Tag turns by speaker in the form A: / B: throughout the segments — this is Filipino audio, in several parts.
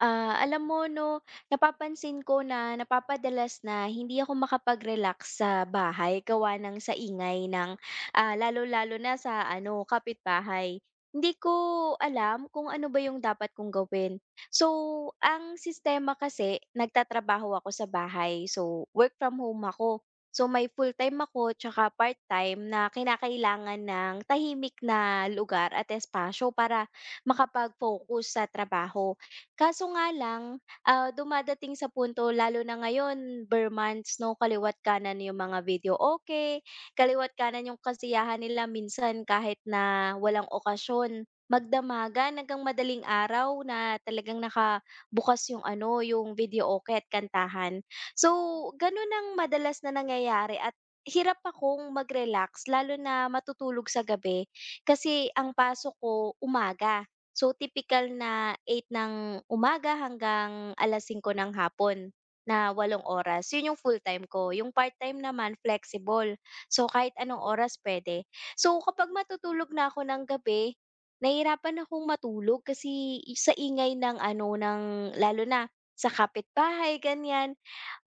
A: Ah, alam mo 'no, napapansin ko na napapadalas na hindi ako makapag-relax sa bahay gawa ng sa ingay ng, lalo-lalo na sa ano, kapitbahay. Hindi ko alam kung ano ba yung dapat kong gawin. So, ang sistema kasi nagtatrabaho ako sa bahay. So, work from home ako. So, may full-time ako tsaka part-time na kinakailangan ng tahimik na lugar at espasyo para makapag-focus sa trabaho. Kaso nga lang, dumadating sa punto lalo na ngayon ber months 'no, kaliwa't kanan yung mga video okay, kaliwa't kanan yung kasiyahan nila minsan kahit na walang okasyon. Magdamagan hanggang madaling araw na talagang nakabukas yung ano, yung video okay at kantahan. So, ganun ang madalas na nangyayari at hirap akong mag-relax lalo na matutulog sa gabi kasi ang pasok ko umaga. So, tipikal na 8 ng umaga hanggang 5:00 ng hapon na 8 oras, 'yun yung full-time ko. Yung part-time naman flexible, so kahit anong oras puwede. So, kapag matutulog na ako ng gabi, nahihirapan akong matulog kasi sa ingay ng ano, ng lalo na sa kapitbahay ganiyan.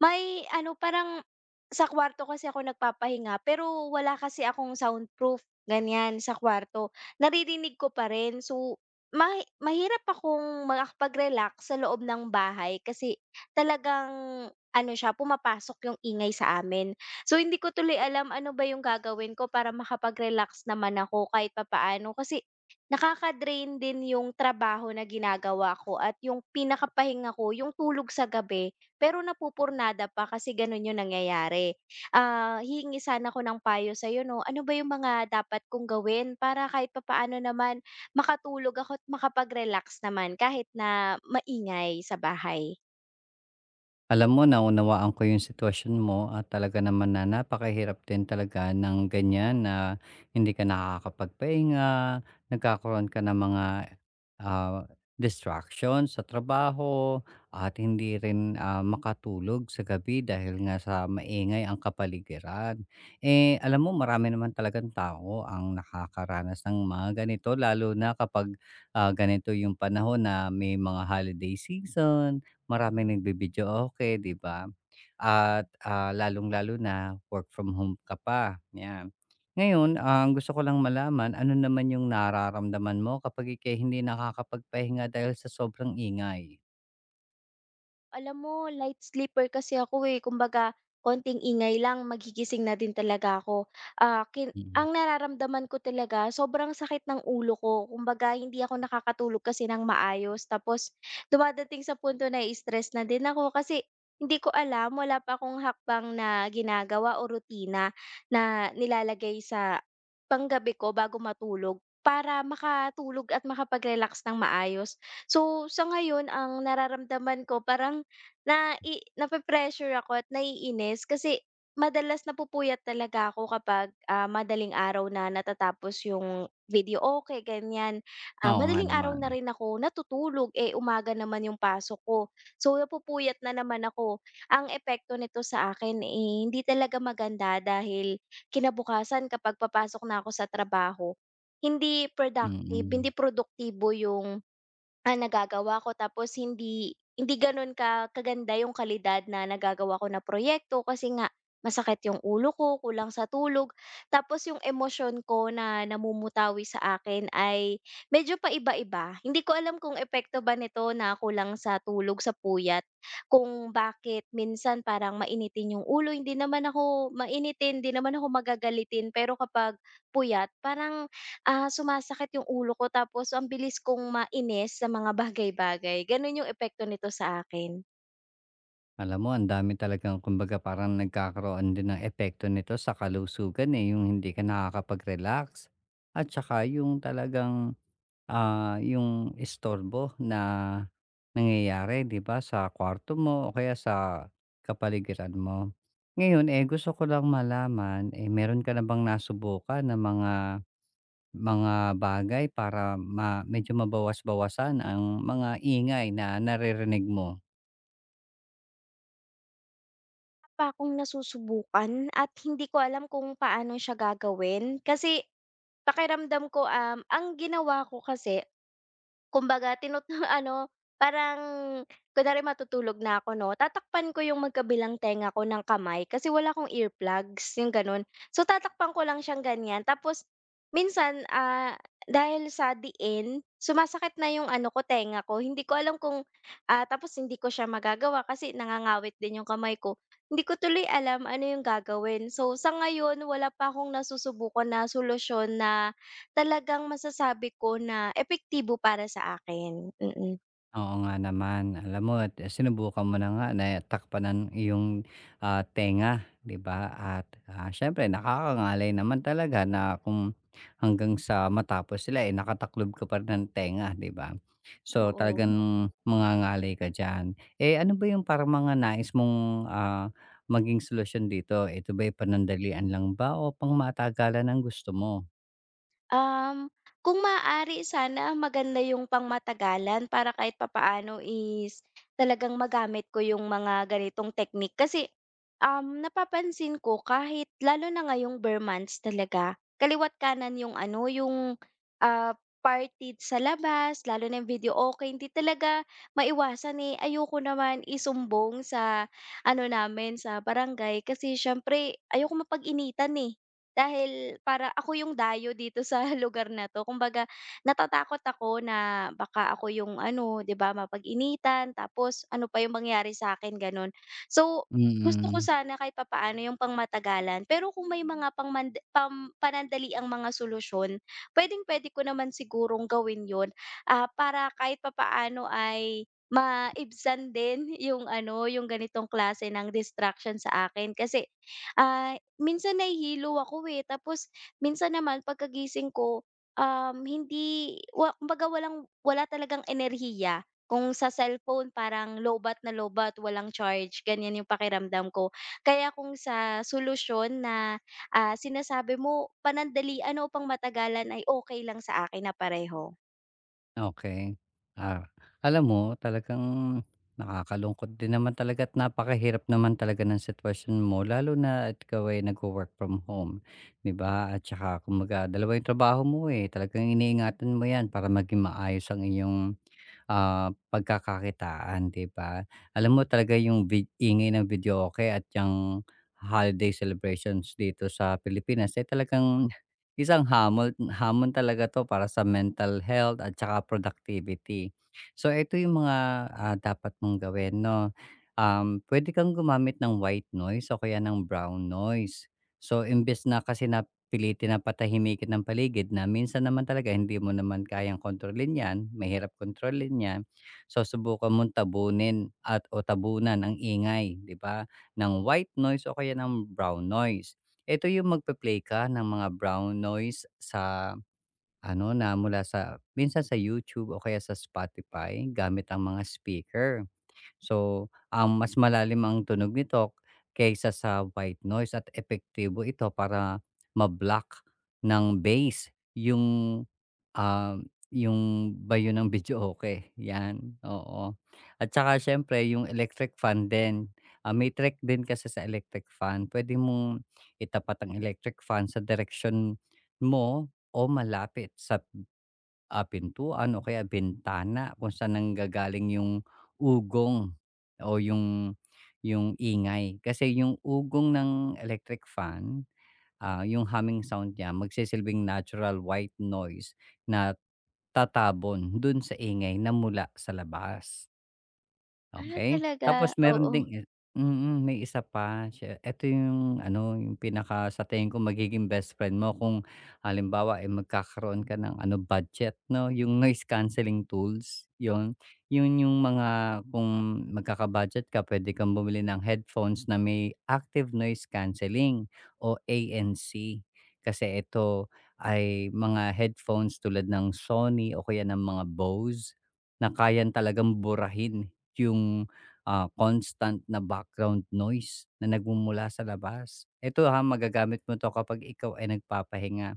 A: May ano, parang sa kwarto kasi ako nagpapahinga pero wala kasi akong soundproof, ganiyan, sa kwarto. Naririnig ko pa rin. So, ma mahirap akong makapag-relax sa loob ng bahay kasi talagang ano siya, pumapasok yung ingay sa amin. So, hindi ko tuloy alam ano ba yung gagawin ko para makapag-relax naman ako kahit papaano kasi nakaka-drain din yung trabaho na ginagawa ko at yung pinakapahinga ko, yung tulog sa gabi, pero napupurnada pa kasi ganun yung nangyayari. Ah, hihingi sana ako ng payo sa'yo, 'no? Ano ba yung mga dapat kong gawin para kahit papaano naman makatulog ako at makapag-relax naman kahit na maingay sa bahay.
B: Alam mo, naunawaan ko yung sitwasyon mo at talaga naman na napakahirap din talaga ng ganyan na hindi ka nakakapagpahinga, nagkakaroon ka ng mga ah, distractions sa trabaho at hindi rin makatulog sa gabi dahil nga sa maingay ang kapaligiran. Eh, alam mo, marami naman talagang tao ang nakakaranas ng mga ganito lalo na kapag ganito yung panahon na may mga holiday season, maraming nagbi okay, 'di ba? At, lalong-lalo na work from home ka pa, 'yan. Ngayon, ang gusto ko lang malaman, ano naman yung nararamdaman mo kapag ika'y hindi nakakapagpahinga dahil sa sobrang ingay?
A: Alam mo, light sleeper kasi ako eh. Kumbaga, konting ingay lang, magigising na din talaga ako. Ah,
B: Mm.
A: ang nararamdaman ko talaga, sobrang sakit ng ulo ko. Kumbaga, hindi ako nakakatulog kasi ng maayos. Tapos, dumadating sa punto na stress na din ako kasi hindi ko alam, wala pa akong hakbang na ginagawa o rutina na nilalagay sa panggabi ko bago matulog para makatulog at makapag-relax ng maayos. So, sa ngayon, ang nararamdaman ko, parang nape-pressure ako at naiinis kasi madalas napupuyat talaga ako kapag, madaling araw na natatapos yung video okey, ganyan. Ah,
B: Oo nga
A: madaling araw
B: naman.
A: na rin ako natutulog, eh, umaga naman yung pasok ko. So, napupuyat na naman ako. Ang epekto nito sa akin, eh, hindi talaga maganda dahil kinabukasan kapag papasok na ako sa trabaho, hindi productive,
B: Mm.
A: hindi produktibo yung nagagawa ko, tapos hindi hindi gano'n ka kaganda yung kalidad na nagagawa ko na proyekto kasi nga masakit yung ulo ko, kulang sa tulog. Tapos yung emosyon ko na namumutawi sa akin ay medyo paiba-iba. Hindi ko alam kung epekto ba nito na kulang sa tulog, sa puyat, kung bakit minsan parang mainitin yung ulo. Hindi naman ako mainitin, hindi naman ako magagalitin. Pero kapag puyat, parang sumasakit yung ulo ko tapos ang bilis kong mainis sa mga bagay-bagay, gano'n yung epekto nito sa akin.
B: Alam mo ang dami talagang kumbaga parang nagkakaroon din ng epekto nito sa kalusugan, eh, yung hindi ka nakakapag-relax at saka yung talagang yung istorbo na nangyayari 'di ba sa kwarto mo o kaya sa kapaligiran mo. Ngayon, eh, gusto ko lang malaman, eh, meron ka na bang nasubukan na mga bagay para ma medyo mabawas-bawasan ang mga ingay na naririnig mo?
A: Pa akong nasusubukan at hindi ko alam kung paano siya gagawin kasi pakiramdam ko, ang ginawa ko kasi kumbaga ano, parang kunwari matutulog na ako 'no, tatakpan ko yung magkabilang tenga ko ng kamay kasi wala akong earplugs, yung gano'n. So, tatakpan ko lang siyang ganyan tapos minsan, dahil sa diin, sumasakit na yung ano ko, tenga ko. Hindi ko alam kung, ah, tapos hindi ko siya magagawa kasi nangangawit din yung kamay ko. Hindi ko tuloy alam ano yung gagawin. So, sa ngayon wala pa akong nasusubukan na solusyon na talagang masasabi ko na epektibo para sa akin, mm.
B: Oo nga naman. Alam mo at sinubukan mo na nga na takpan ng iyong, tenga, 'di ba? At, siyempre nakakangalay naman talaga na kung hanggang sa matapos sila, eh, nakataklob ka pa rin ng tenga, 'di ba? So, talagang
A: Oo.
B: mangangalay ka diyan. Eh, ano ba yung parang mga nais mong, maging solusyon dito? Ito ba'y panandalian lang ba o pang pangmatagalan ang gusto mo?
A: Um, kung maaari sana maganda yung pangmatagalan para kahit papaano is talagang magamit ko yung mga ganitong technique. Kasi, napapansin ko kahit lalo na ngayong bare months talaga, kaliwat kanan yung ano, yung ah, party sa labas, lalo na yung video okay, hindi talaga maiwasan eh. Ayoko naman isumbong sa ano namin, sa barangay kasi syempre ayoko mapag-initan eh. Dahil para ako yung dayo dito sa lugar na 'to. Kumbaga natatakot ako na baka ako yung ano, 'di ba, mapag-initan tapos ano pa yung mangyari sa akin gano'n. So, gusto ko
B: Mm.
A: sana kahit papaano yung pangmatagalan. Pero kung may mga pangmand pam panandali ang mga solusyon, puwedeng-puwede ko naman sigurong gawin 'yun, ah, para kahit papaano ay maibsan din yung ano, yung ganitong klase ng distraction sa akin. Kasi minsan nahihilo ako, eh, tapos minsan naman pagkagising ko, hindi kumbaga walang wala talagang enerhiya. Kung sa cellphone parang lobat na lobat walang charge, ganyan yung pakiramdam ko. Kaya kung sa solusyon na, sinasabi mo panandalian o pangmatagalan ay okay lang sa akin na pareho.
B: Okey. Ah, alam mo talagang nakakalungkot din naman talaga at napakahirap naman talaga ng sitwasyon mo lalo na at ikaw ay nagwo-work from home, 'di ba? At saka kumbaga dalawa yung trabaho mo, eh, talagang iniingatan mo 'yan para maging maayos ang iyong, pagkakakitaan, 'di ba? Alam mo talaga yung vid ingay ng videoke at yang holiday celebrations dito sa Pilipinas, eh, talagang isang hamon hamon talaga 'to para sa mental health at saka productivity. So ito yung mga, dapat mong gawin 'no, pwede kang gumamit ng white noise o kaya ng brown noise. So imbes na kasi na pilitin na patahimikin ang paligid na minsan naman talaga hindi mo naman kayang kontrolin 'yan, mahirap kontrolin 'yan. So subukan mong tabunin at o tabunan ang ingay 'di ba, ng white noise o kaya ng brown noise, ito yung magpe-play ka ng mga brown noise sa ano, na mula sa minsan sa YouTube o kaya sa Spotify gamit ang mga speaker. So, ang mas malalim ang tunog nito kaysa sa white noise at epektibo ito para ma-block ng bass yung yung bayo ng videoke, 'yan, oo. At saka siyempre yung electric fan din. Ah, may trick din kasi sa electric fan, pwede mong itapat ang electric fan sa direksyon mo o malapit sa, pintuan o kaya bintana kung saan nanggagaling yung ugong o yung ingay. Kasi yung ugong ng electric fan, yung humming sound niya magsisilbing natural white noise na tatabon dun sa ingay na mula sa labas.
A: Ah,
B: Okey.
A: talaga?
B: Tapos meron
A: Oo,
B: ding i mm, may isa pa siya, eto yung ano, yung pinaka sa tingin ko magiging best friend mo kung halimbawa, eh, magkakaroon ka ng ano, budget 'no, yung noise cancelling tools, yun. Yun yung mga kung magkaka-budget ka puwede kang bumili ng headphones na may active noise cancelling o ANC. Kasi ito ay mga headphones tulad ng Sony o kaya ng mga Bose na kayang talagang burahin. Yung, constant na background noise na nagmumula sa labas. Eto, ha, magagamit mo 'to kapag ikaw ay nagpapahinga.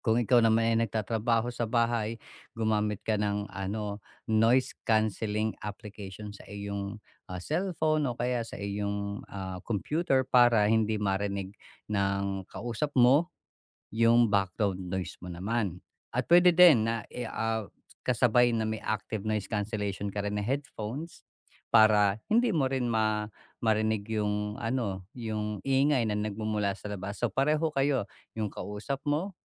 B: Kung ikaw naman ay nagtatrabaho sa bahay, gumamit ka ng ano, noise cancelling application sa iyong, cellphone o kaya sa iyong, computer para hindi marinig ng kausap mo yung background noise mo naman at pwede din na i kasabay na may active noise cancellation ka rin na headphones para hindi mo rin ma marinig yung ano, yung ingay na nagmumula sa labas. So, pareho kayo, yung kausap mo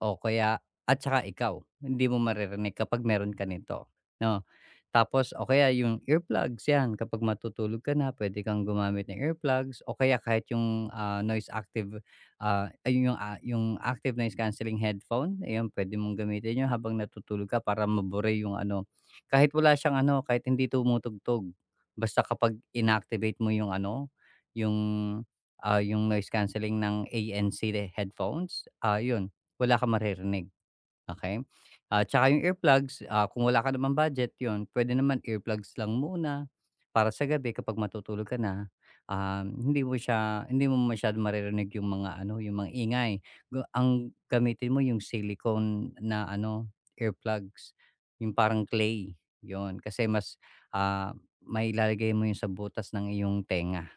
B: o kaya at saka ikaw, hindi mo maririnig kapag meron ka nito, 'no? Tapos o kaya yung earplugs, 'yan kapag matutulog ka na pwede kang gumamit ng earplugs o kaya kahit yung, noise active, ay yung, yung active noise cancelling headphone, ayun pwede mong gamitin yun habang natutulog ka para mabure yung ano, kahit wala siyang ano, kahit hindi tumutugtog, basta kapag inactivate mo yung ano, yung, yung noise cancelling ng ANC headphones, wala kang maririnig, okey? Ah, tsaka yung earplugs, kung wala ka namang budget yun, puwede naman earplugs lang muna para sa gabi kapag matutulog ka na, hindi mo siya hindi mo masyadong maririnig yung mga ano, yung mga ingay. Ga ang gamitin mo yung silicone na ano, earplugs, yung parang clay, yun. Kasi mas, ah, may ilalagay mo yun sa butas ng iyong tenga,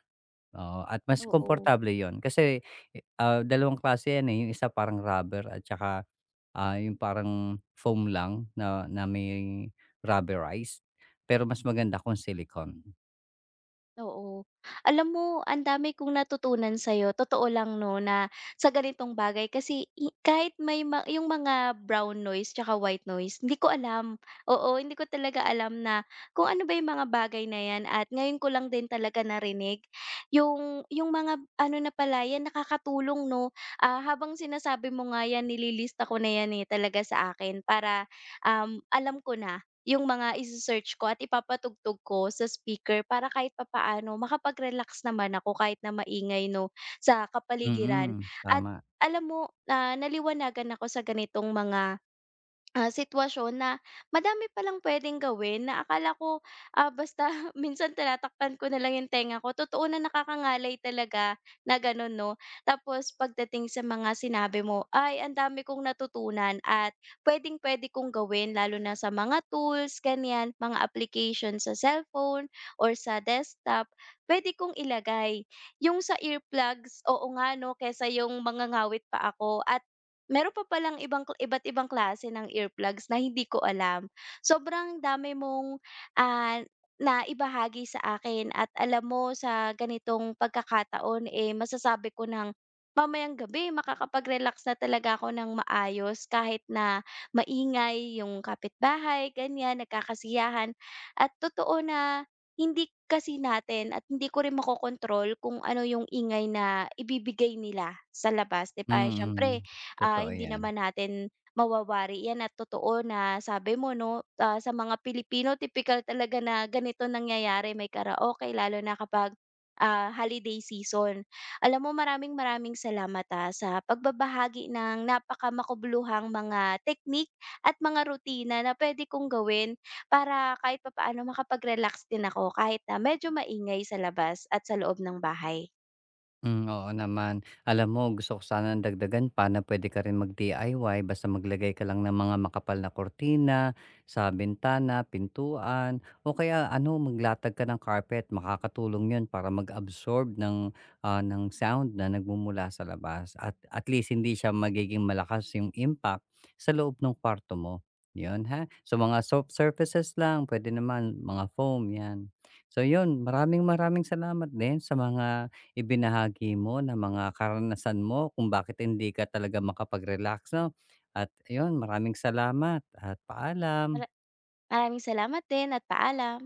B: oo, at mas
A: oo.
B: komportable yun. Kasi, eh, dalawang klase yan, eh, yung isa parang rubber at tsaka yung parang foam lang na na may rubberized, pero mas maganda kung silicone.
A: Oo. Alam mo, ang dami kong natutunan sa'yo. Totoo lang 'no, na sa ganitong bagay kasi kahit may yung mga brown noise tsaka white noise, hindi ko alam. Oo, hindi ko talaga alam na kung ano ba yung mga bagay na 'yan at ngayon ko lang din talaga narinig yung mga ano na pala 'yan, nakakatulong 'no. Ah, habang sinasabi mo nga 'yan, nililista ko na 'yan, eh, talaga sa akin para, alam ko na yung mga ise-search ko at ipapatugtog ko sa speaker para kahit papaano makapag-relax naman ako kahit na maingay 'no, sa kapaligiran.
B: Mm,
A: At
B: tama.
A: alam mo, naliwanagan ako sa ganitong mga sitwasyon na madami palang pwedeng gawin na akala ko, ah, basta minsan tinatakpan ko na lang yung tenga ko. Totoo na nakakangalay talaga na gano'n 'no. Tapos pagdating sa mga sinabi mo, ay ang dami kong natutunan at puwedeng-puwede kong gawin lalo na sa mga tools ganiyan, mga application sa cellphone or sa desktop, puwede kong ilagay. Yung sa earplugs, oo nga 'no, kaysa yung mga ngawit pa ako at meron pa palang ibang kla iba't ibang klase ng earplugs na hindi ko alam. Sobrang dami mong, ah, naibahagi sa akin at alam mo sa ganitong pagkakataon, eh, masasabi ko ng mamayang gabi makakapag-relax na talaga ako ng maayos kahit na maingay yung kapitbahay, ganyan, nagkakasiyahan. At totoo na hindi kasi natin at hindi ko rin makokontrol kung ano yung ingay na ibibigay nila sa labas, 'di ba?
B: Mm,
A: Siyempre
B: totoo
A: hindi
B: yan.
A: naman natin mawawari 'yan at totoo na sabi mo 'no, ah, sa mga Pilipino tipikal talaga na ganito nangyayari, may karaoke lalo na kapag, holiday season. Alam mo maraming-maraming salamat, sa pagbabahagi ng napakamakabuluhang mga technique at mga rutina na puwede kong gawin para kahit papaano makapag-relax din ako kahit na medyo maingay sa labas at sa loob ng bahay.
B: Hmm, oo naman. Alam mo gusto ko sanang dagdagan pa na pwede ka rin mag-DIY basta maglagay ka lang ng mga makapal na kurtina sa bintana, pintuan o kaya ano maglatag ka ng carpet. Makakatulong 'yun para mag-absorb ng, ng sound na nagmumula sa labas at least hindi siya magiging malakas yung impact sa loob ng kwarto mo, 'yun ha. So mga soft surfaces lang pwede naman mga foam 'yan. So 'yun, maraming maraming salamat din sa mga ibinahagi mo na mga karanasan mo kung bakit hindi ka talaga makapag-relax 'no. At ayun, maraming salamat at paalam.
A: Mara maraming salamat din at paalam.